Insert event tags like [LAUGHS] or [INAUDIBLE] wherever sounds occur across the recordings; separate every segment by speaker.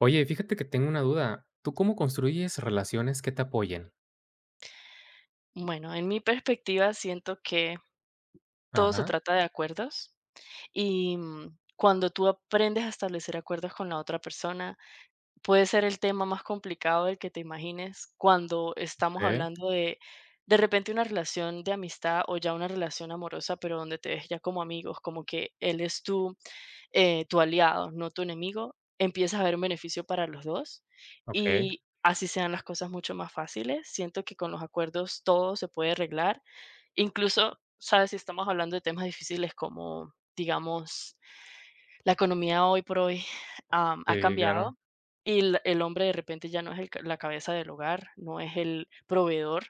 Speaker 1: Oye, fíjate que tengo una duda. ¿Tú cómo construyes relaciones que te apoyen?
Speaker 2: Bueno, en mi perspectiva siento que todo se
Speaker 1: Ajá,
Speaker 2: trata de acuerdos y cuando tú aprendes a establecer acuerdos con la otra persona, puede ser el tema más complicado del que te imagines cuando estamos
Speaker 1: okey,
Speaker 2: hablando de repente una relación de amistad o ya una relación amorosa, pero donde te ves ya como amigos, como que él es tu aliado, no tu enemigo, empiezas a ver un beneficio para los dos
Speaker 1: okey.
Speaker 2: y así sean las cosas mucho más fáciles. Siento que con los acuerdos todo se puede arreglar. Incluso, ¿sabes? Si estamos hablando de temas difíciles como, digamos, la economía hoy por hoy, ha
Speaker 1: Sí, claro.
Speaker 2: cambiado y el hombre de repente ya no es el ca la cabeza del hogar, no es el proveedor,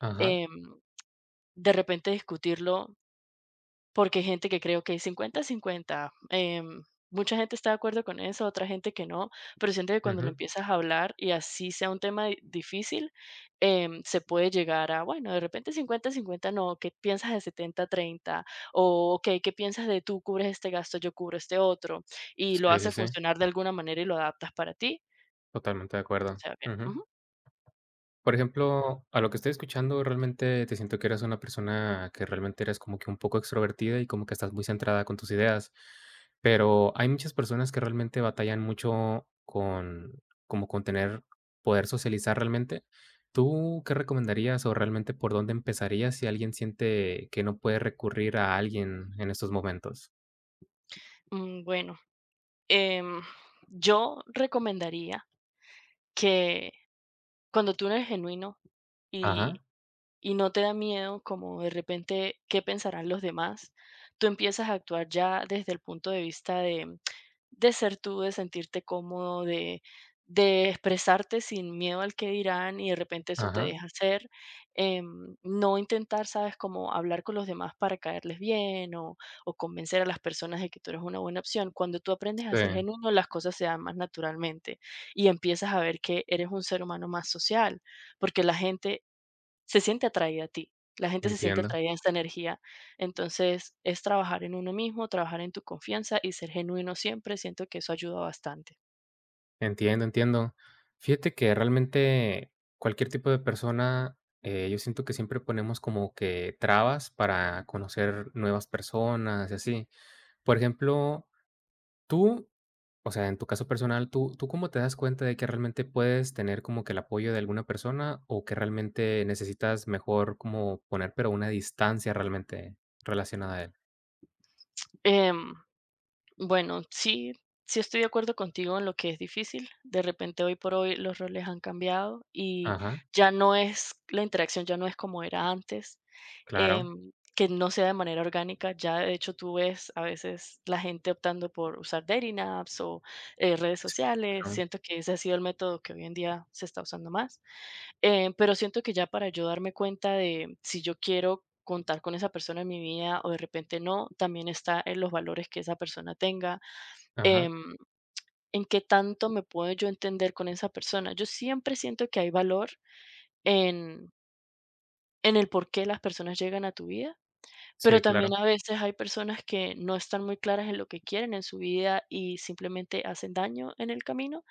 Speaker 1: Ajá,
Speaker 2: em, de repente discutirlo porque hay gente que creo que es cincuenta 50 mucha gente está de acuerdo con eso, otra gente que no, pero siento que cuando lo
Speaker 1: ujú.
Speaker 2: empiezas a hablar y así sea un tema di difícil, se puede llegar a, bueno, de repente cincuenta-cincuenta, no, ¿qué piensas de setenta-treinta? O, okey, ¿qué piensas de tú cubres este gasto, yo cubro este otro? Y lo
Speaker 1: Sí, sí,
Speaker 2: hace
Speaker 1: sí,
Speaker 2: funcionar de alguna manera y lo adaptas para ti,
Speaker 1: totalmente de
Speaker 2: o
Speaker 1: acuerdo.
Speaker 2: sea, bien.
Speaker 1: Ujú.
Speaker 2: Ujú.
Speaker 1: Por ejemplo, a lo que estoy escuchando, realmente te siento que eres una persona que realmente eres como que un poco extrovertida y como que estás muy centrada con tus ideas. Pero hay muchas personas que realmente batallan mucho con, como con tener, poder socializar realmente. ¿Tú qué recomendarías o realmente por dónde empezarías si alguien siente que no puede recurrir a alguien en estos momentos?
Speaker 2: Bueno, em, yo recomendaría que cuando tú eres genuino y
Speaker 1: Ajá,
Speaker 2: y no te da miedo como de repente qué pensarán los demás, tú empiezas a actuar ya desde el punto de vista de ser tú, de sentirte cómodo, de expresarte sin miedo al que dirán y de repente eso te
Speaker 1: ajá.
Speaker 2: deja ser, no intentar, sabes, como hablar con los demás para caerles bien o convencer a las personas de que tú eres una buena opción. Cuando tú aprendes a ser
Speaker 1: Sí,
Speaker 2: genuino, las cosas se dan más naturalmente y empiezas a ver que eres un ser humano más social, porque la gente se siente atraída a ti, la gente se siente
Speaker 1: entiendo.
Speaker 2: atraída a esta energía. Entonces, es trabajar en uno mismo, trabajar en tu confianza y ser genuino siempre, siento que eso ayuda bastante.
Speaker 1: Entiendo, entiendo. Fíjate que realmente cualquier tipo de persona, yo siento que siempre ponemos como que trabas para conocer nuevas personas y así. Por ejemplo, tú, o sea, en tu caso personal, ¿tú cómo te das cuenta de que realmente puedes tener como que el apoyo de alguna persona o que realmente necesitas mejor como poner pero una distancia realmente relacionada a él?
Speaker 2: Em Bueno, sí, sí estoy de acuerdo contigo en lo que es difícil. De repente, hoy por hoy, los roles han cambiado y
Speaker 1: Ajá,
Speaker 2: ya no es, la interacción ya no es como era antes,
Speaker 1: claro.
Speaker 2: em, que no sea de manera orgánica. Ya, de hecho, tú ves a veces la gente optando por usar dating apps o redes
Speaker 1: Sí,
Speaker 2: sociales.
Speaker 1: claro.
Speaker 2: Siento que ese ha sido el método que hoy en día se está usando más. Pero siento que ya para yo darme cuenta de si yo quiero contar con esa persona en mi vida o de repente no, también está en los valores que esa persona tenga,
Speaker 1: Ajá,
Speaker 2: em, en qué tanto me puedo yo entender con esa persona. Yo siempre siento que hay valor en, en el por qué las personas llegan a tu vida, pero
Speaker 1: sí,
Speaker 2: también
Speaker 1: claro.
Speaker 2: a veces hay personas que no están muy claras en lo que quieren en su vida y simplemente hacen daño en el camino.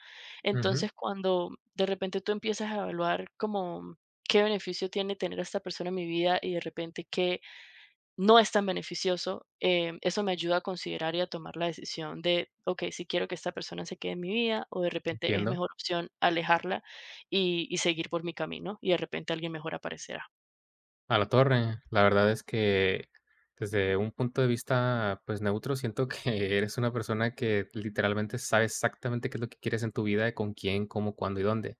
Speaker 1: Ujú,
Speaker 2: Entonces, cuando de repente tú empiezas a evaluar como qué beneficio tiene tener a esta persona en mi vida y de repente qué no es tan beneficioso, eso me ayuda a considerar y a tomar la decisión de, ok, si quiero que esta persona se quede en mi vida o de repente es
Speaker 1: entiendo.
Speaker 2: mejor opción alejarla y seguir por mi camino y de repente alguien mejor aparecerá.
Speaker 1: A la torre. La verdad es que desde un punto de vista, pues, neutro, siento que [LAUGHS] eres una persona que literalmente sabe exactamente qué es lo que quieres en tu vida, con quién, cómo, cuándo y dónde.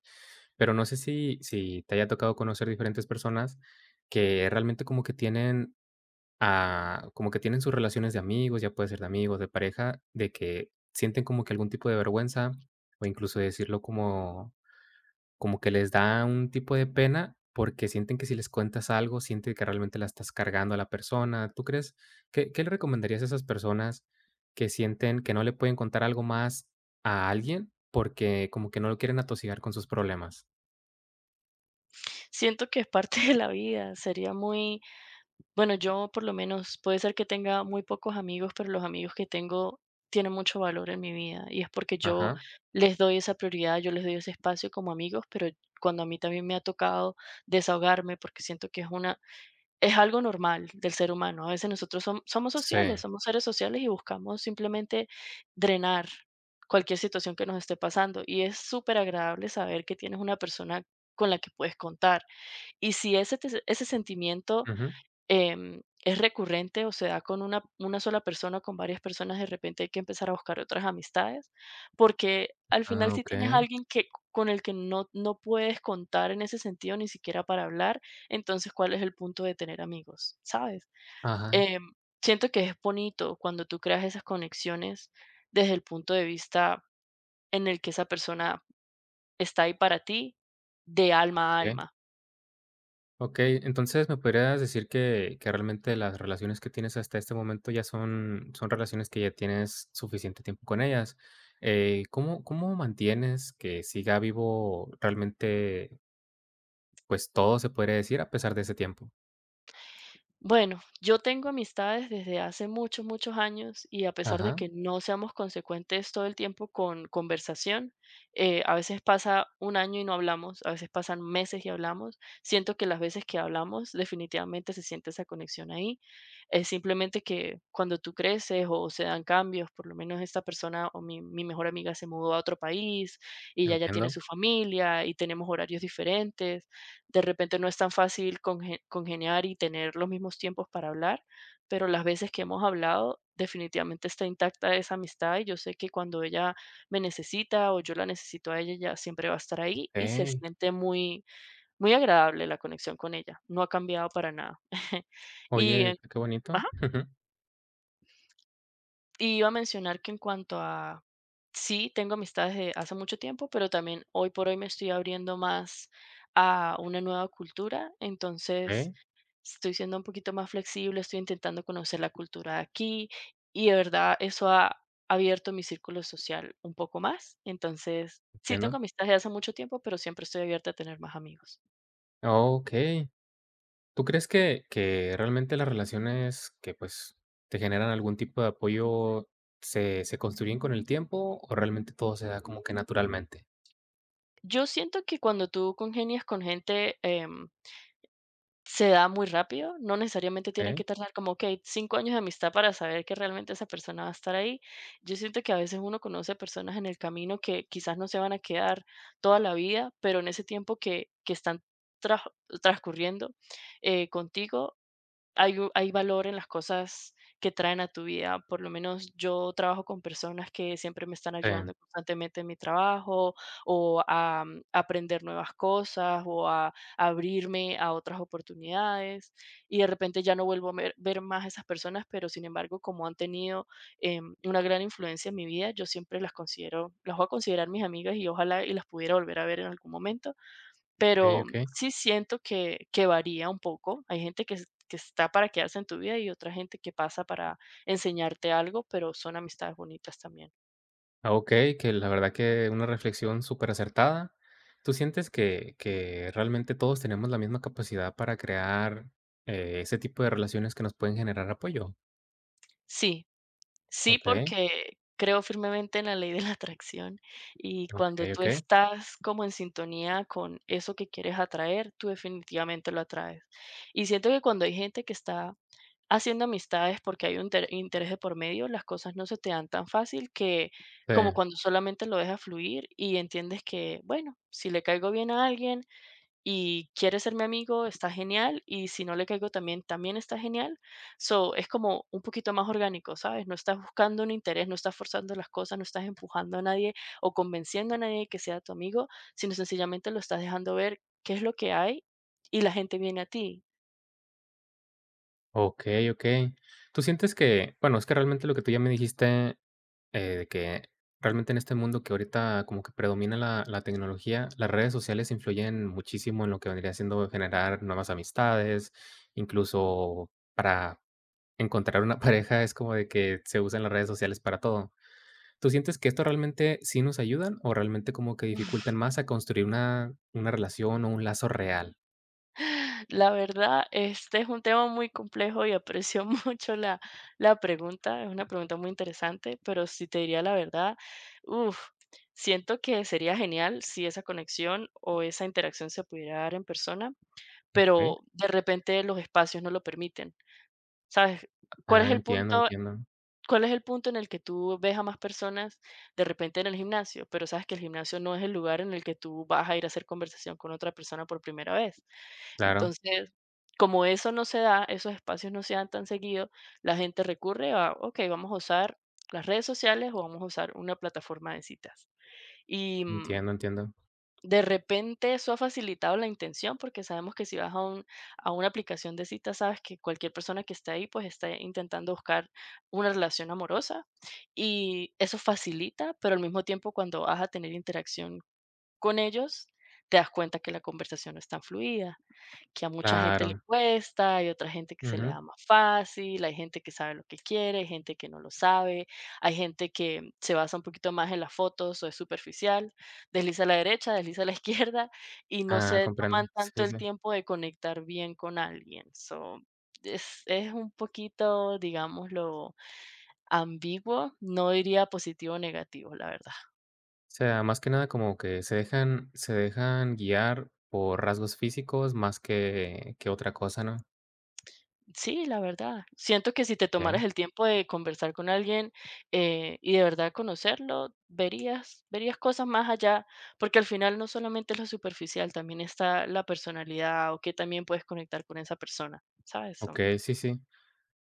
Speaker 1: Pero no sé si te haya tocado conocer diferentes personas que realmente como que tienen, ah, como que tienen sus relaciones de amigos, ya puede ser de amigos, de pareja, de que sienten como que algún tipo de vergüenza o incluso decirlo como como que les da un tipo de pena, porque sienten que si les cuentas algo, sienten que realmente la estás cargando a la persona. ¿Tú crees qué le recomendarías a esas personas que sienten que no le pueden contar algo más a alguien, porque como que no lo quieren atosigar con sus problemas?
Speaker 2: Siento que es parte de la vida, sería muy. Bueno, yo por lo menos puede ser que tenga muy pocos amigos, pero los amigos que tengo tienen mucho valor en mi vida y es porque yo
Speaker 1: Ajá.
Speaker 2: les doy esa prioridad, yo les doy ese espacio como amigos, pero cuando a mí también me ha tocado desahogarme porque siento que es una es algo normal del ser humano. A veces nosotros somos
Speaker 1: Sí.
Speaker 2: sociales, somos seres sociales y buscamos simplemente drenar cualquier situación que nos esté pasando y es súper agradable saber que tienes una persona con la que puedes contar. Y si ese, ese sentimiento
Speaker 1: Ujú.
Speaker 2: es recurrente o se da con una sola persona o con varias personas, de repente hay que empezar a buscar otras amistades, porque al final
Speaker 1: Ah,
Speaker 2: si tienes a
Speaker 1: okey.
Speaker 2: alguien que, con el que no, no puedes contar en ese sentido, ni siquiera para hablar, entonces ¿cuál es el punto de tener amigos? ¿Sabes?
Speaker 1: Ajá.
Speaker 2: Em, siento que es bonito cuando tú creas esas conexiones desde el punto de vista en el que esa persona está ahí para ti, de alma a
Speaker 1: Okey.
Speaker 2: alma.
Speaker 1: Okey, entonces, ¿me podrías decir que realmente las relaciones que tienes hasta este momento ya son relaciones que ya tienes suficiente tiempo con ellas? ¿Cómo mantienes que siga vivo realmente, pues, todo se podría decir a pesar de ese tiempo?
Speaker 2: Bueno, yo tengo amistades desde hace muchos, muchos años y a pesar de
Speaker 1: Ajá,
Speaker 2: que no seamos consecuentes todo el tiempo con conversación, a veces pasa un año y no hablamos, a veces pasan meses y hablamos. Siento que las veces que hablamos definitivamente se siente esa conexión ahí. Es simplemente que cuando tú creces o se dan cambios, por lo menos esta persona o mi mejor amiga se mudó a otro país y ya tiene
Speaker 1: entiendo.
Speaker 2: su familia y tenemos horarios diferentes, de repente no es tan fácil congeniar y tener los mismos tiempos para hablar, pero las veces que hemos hablado, definitivamente está intacta esa amistad y yo sé que cuando ella me necesita o yo la necesito a ella, ella siempre va a estar ahí y se
Speaker 1: Okey.
Speaker 2: siente muy, muy agradable la conexión con ella. No ha cambiado para nada. [LAUGHS] Y,
Speaker 1: Oye,
Speaker 2: en-
Speaker 1: qué bonito.
Speaker 2: ajá,
Speaker 1: [LAUGHS] Ujú.
Speaker 2: y iba a mencionar que en cuanto a, sí, tengo amistades de hace mucho tiempo, pero también hoy por hoy me estoy abriendo más a una nueva cultura. Entonces, estoy siendo un poquito más flexible, estoy intentando conocer la cultura de aquí y de verdad eso ha abierto mi círculo social un poco más. Entonces, sí tengo
Speaker 1: Entiendo.
Speaker 2: amistades de hace mucho tiempo, pero siempre estoy abierta a tener más amigos.
Speaker 1: Okey. ¿Tú crees que realmente las relaciones que, pues, te generan algún tipo de apoyo se construyen con el tiempo o realmente todo se da como que naturalmente?
Speaker 2: Yo siento que cuando tú congenias con gente, se da muy rápido, no necesariamente tienen
Speaker 1: Okey,
Speaker 2: que tardar como, okey, 5 años de amistad para saber que realmente esa persona va a estar ahí. Yo siento que a veces uno conoce personas en el camino que quizás no se van a quedar toda la vida, pero en ese tiempo que están traj transcurriendo, contigo, hay, hay valor en las cosas que traen a tu vida. Por lo menos yo trabajo con personas que siempre me están
Speaker 1: sí,
Speaker 2: ayudando constantemente en mi trabajo o a, aprender nuevas cosas o a abrirme a otras oportunidades. Y de repente ya no vuelvo a ver más a esas personas, pero sin embargo, como han tenido una gran influencia en mi vida, yo siempre las considero, las voy a considerar mis amigas y ojalá y las pudiera volver a ver en algún momento,
Speaker 1: okey,
Speaker 2: pero
Speaker 1: okey.
Speaker 2: sí siento que varía un poco. Hay gente que es que está para quedarse en tu vida y otra gente que pasa para enseñarte algo, pero son amistades bonitas también.
Speaker 1: Ah, okey, que la verdad que una reflexión súper acertada. ¿Tú sientes que realmente todos tenemos la misma capacidad para crear, ese tipo de relaciones que nos pueden generar apoyo?
Speaker 2: Sí, sí,
Speaker 1: Okey,
Speaker 2: porque creo firmemente en la ley de la atracción y cuando
Speaker 1: okey,
Speaker 2: tú
Speaker 1: okey.
Speaker 2: estás como en sintonía con eso que quieres atraer, tú definitivamente lo atraes. Y siento que cuando hay gente que está haciendo amistades porque hay un interés de por medio, las cosas no se te dan tan fácil que
Speaker 1: Sí.
Speaker 2: como cuando solamente lo dejas fluir y entiendes que, bueno, si le caigo bien a alguien y quiere ser mi amigo, está genial, y si no le caigo también, también está genial. So, es como un poquito más orgánico, ¿sabes? No estás buscando un interés, no estás forzando las cosas, no estás empujando a nadie o convenciendo a nadie que sea tu amigo, sino sencillamente lo estás dejando ver qué es lo que hay y la gente viene a ti.
Speaker 1: Okey, okey. ¿Tú sientes que? Bueno, es que realmente lo que tú ya me dijiste, de que realmente en este mundo que ahorita como que predomina la tecnología, las redes sociales influyen muchísimo en lo que vendría siendo generar nuevas amistades, incluso para encontrar una [LAUGHS] pareja es como de que se usan las redes sociales para todo. ¿Tú sientes que esto realmente sí nos ayudan o realmente como que dificultan más a construir una relación o un lazo real?
Speaker 2: La verdad, este es un tema muy complejo y aprecio [LAUGHS] mucho la, la pregunta. Es una pregunta muy interesante, pero si te diría la verdad, uf, siento que sería genial si esa conexión o esa interacción se pudiera dar en persona,
Speaker 1: Okey.
Speaker 2: pero de repente los espacios no lo permiten. ¿Sabes? ¿Cuál es
Speaker 1: Ah,
Speaker 2: el
Speaker 1: entiendo,
Speaker 2: punto?
Speaker 1: entiendo.
Speaker 2: ¿Cuál es el punto en el que tú ves a más personas de repente en el gimnasio? Pero sabes que el gimnasio no es el lugar en el que tú vas a ir a hacer conversación con otra persona por primera vez.
Speaker 1: Claro,
Speaker 2: Entonces, como eso no se da, esos espacios no se dan tan seguido, la gente recurre a, ok, vamos a usar las redes sociales o vamos a usar una plataforma de citas. Y
Speaker 1: entiendo, entiendo.
Speaker 2: de repente eso ha facilitado la intención porque sabemos que si vas a, a una aplicación de citas, sabes que cualquier persona que está ahí pues está intentando buscar una relación amorosa y eso facilita, pero al mismo tiempo cuando vas a tener interacción con ellos, te das cuenta que la conversación no es tan fluida, que a mucha gente le
Speaker 1: Claro,
Speaker 2: cuesta, hay otra gente que se le
Speaker 1: ujú.
Speaker 2: da más fácil, hay gente que sabe lo que quiere, hay gente que no lo sabe, hay gente que se basa un poquito más en las fotos o es superficial, desliza a la derecha, desliza a la [LAUGHS] izquierda y no
Speaker 1: Ah,
Speaker 2: se
Speaker 1: comprendo.
Speaker 2: toman
Speaker 1: Sí,
Speaker 2: tanto
Speaker 1: sí,
Speaker 2: el
Speaker 1: sí.
Speaker 2: tiempo de conectar bien con alguien. So, es un poquito, digámoslo, ambiguo, no diría positivo o negativo, la verdad.
Speaker 1: O sea, más que nada como que se dejan guiar por rasgos físicos más que otra cosa, ¿no?
Speaker 2: Sí, la verdad. Siento que si te
Speaker 1: Okey,
Speaker 2: tomaras el tiempo de conversar con alguien, y de verdad conocerlo, verías, verías cosas más allá, porque al final no solamente es lo superficial, también está la personalidad o que también puedes conectar con esa persona, ¿sabes? So,
Speaker 1: okey, sí, sí.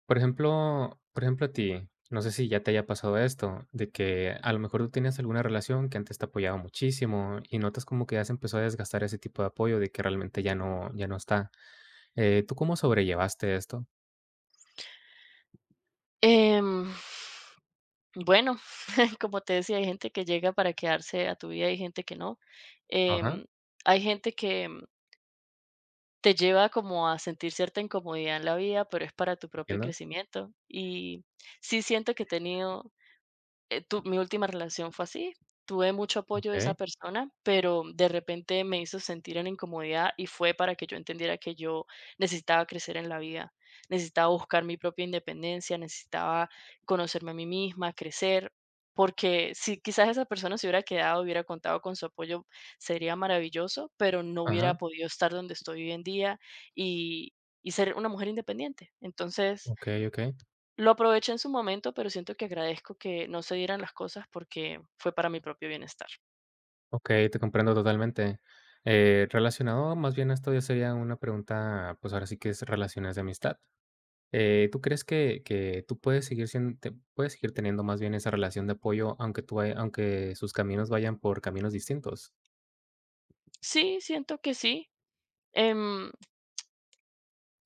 Speaker 1: Por ejemplo, a ti, no sé si ya te haya pasado esto, de que a lo mejor tú tenías alguna relación que antes te apoyaba muchísimo y notas como que ya se empezó a desgastar ese tipo de apoyo de que realmente ya no está. ¿Tú cómo sobrellevaste esto?
Speaker 2: em, bueno, [LAUGHS] como te decía, hay gente que llega para quedarse a tu vida, hay gente que no.
Speaker 1: Ajá,
Speaker 2: Em, hay gente que te lleva como a sentir cierta incomodidad en la vida, pero es para tu propio
Speaker 1: entiendo.
Speaker 2: crecimiento. Y sí siento que he tenido tu mi última relación fue así, tuve mucho apoyo de esa
Speaker 1: Okey.
Speaker 2: persona, pero de repente me hizo sentir en incomodidad y fue para que yo entendiera que yo necesitaba crecer en la vida, necesitaba buscar mi propia independencia, necesitaba conocerme a mí misma, crecer, porque si quizás esa persona se hubiera quedado, hubiera contado con su apoyo, sería maravilloso, pero no hubiera
Speaker 1: Ajá,
Speaker 2: podido estar donde estoy hoy en día y y ser una mujer independiente. Entonces,
Speaker 1: okey, okey.
Speaker 2: lo aproveché en su momento, pero siento que agradezco que no se dieran las cosas porque fue para mi propio bienestar.
Speaker 1: Okey, te comprendo totalmente. Relacionado más bien a esto, ya sería una pregunta, pues, ahora sí que es relaciones de amistad. ¿Tú crees que tú puedes seguir sien te puedes seguir teniendo más bien esa relación de apoyo, aunque tú vaya aunque sus caminos vayan por caminos distintos?
Speaker 2: Sí, siento que sí. Em,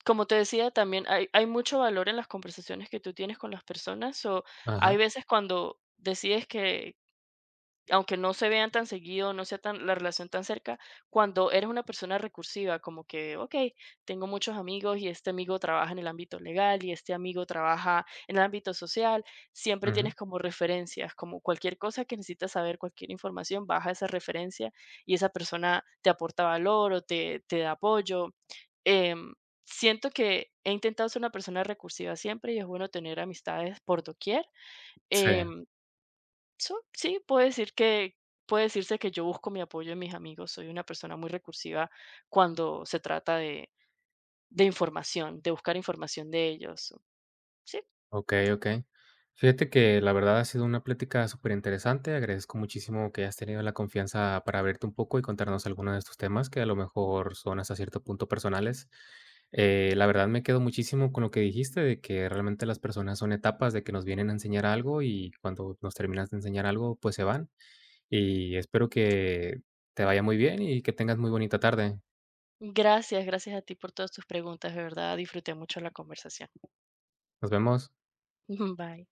Speaker 2: como te decía, también hay mucho valor en las conversaciones que tú tienes con las personas. O hay
Speaker 1: Ajá,
Speaker 2: veces cuando decides que, aunque no se vean tan seguido, no sea tan la relación tan cerca, cuando eres una persona recursiva, como que, okey, tengo muchos amigos y este amigo trabaja en el ámbito legal y este amigo trabaja en el ámbito social, siempre
Speaker 1: ujú,
Speaker 2: tienes como referencias, como cualquier cosa que necesitas saber, cualquier información, baja esa referencia y esa persona te aporta valor o te da apoyo. Em, siento que he intentado ser una persona recursiva siempre y es bueno tener amistades por doquier.
Speaker 1: sí.
Speaker 2: Em So sí, puede decirse que yo busco mi apoyo en mis amigos. Soy una persona muy recursiva cuando se trata de información, de buscar información de ellos. Sí,
Speaker 1: Okey, okey. Fíjate que la verdad ha sido una plática súper interesante. Agradezco muchísimo que hayas tenido la confianza para abrirte un poco y contarnos algunos de estos temas que a lo mejor son hasta cierto punto personales. La verdad me quedo muchísimo con lo que dijiste de que realmente las personas son etapas de que nos vienen a enseñar algo y cuando nos terminas de enseñar algo, pues se van. Y espero que te vaya muy bien y que tengas muy bonita tarde.
Speaker 2: gracias, gracias a ti por todas tus preguntas, de verdad disfruté mucho la conversación.
Speaker 1: Nos vemos.
Speaker 2: [LAUGHS] Bye.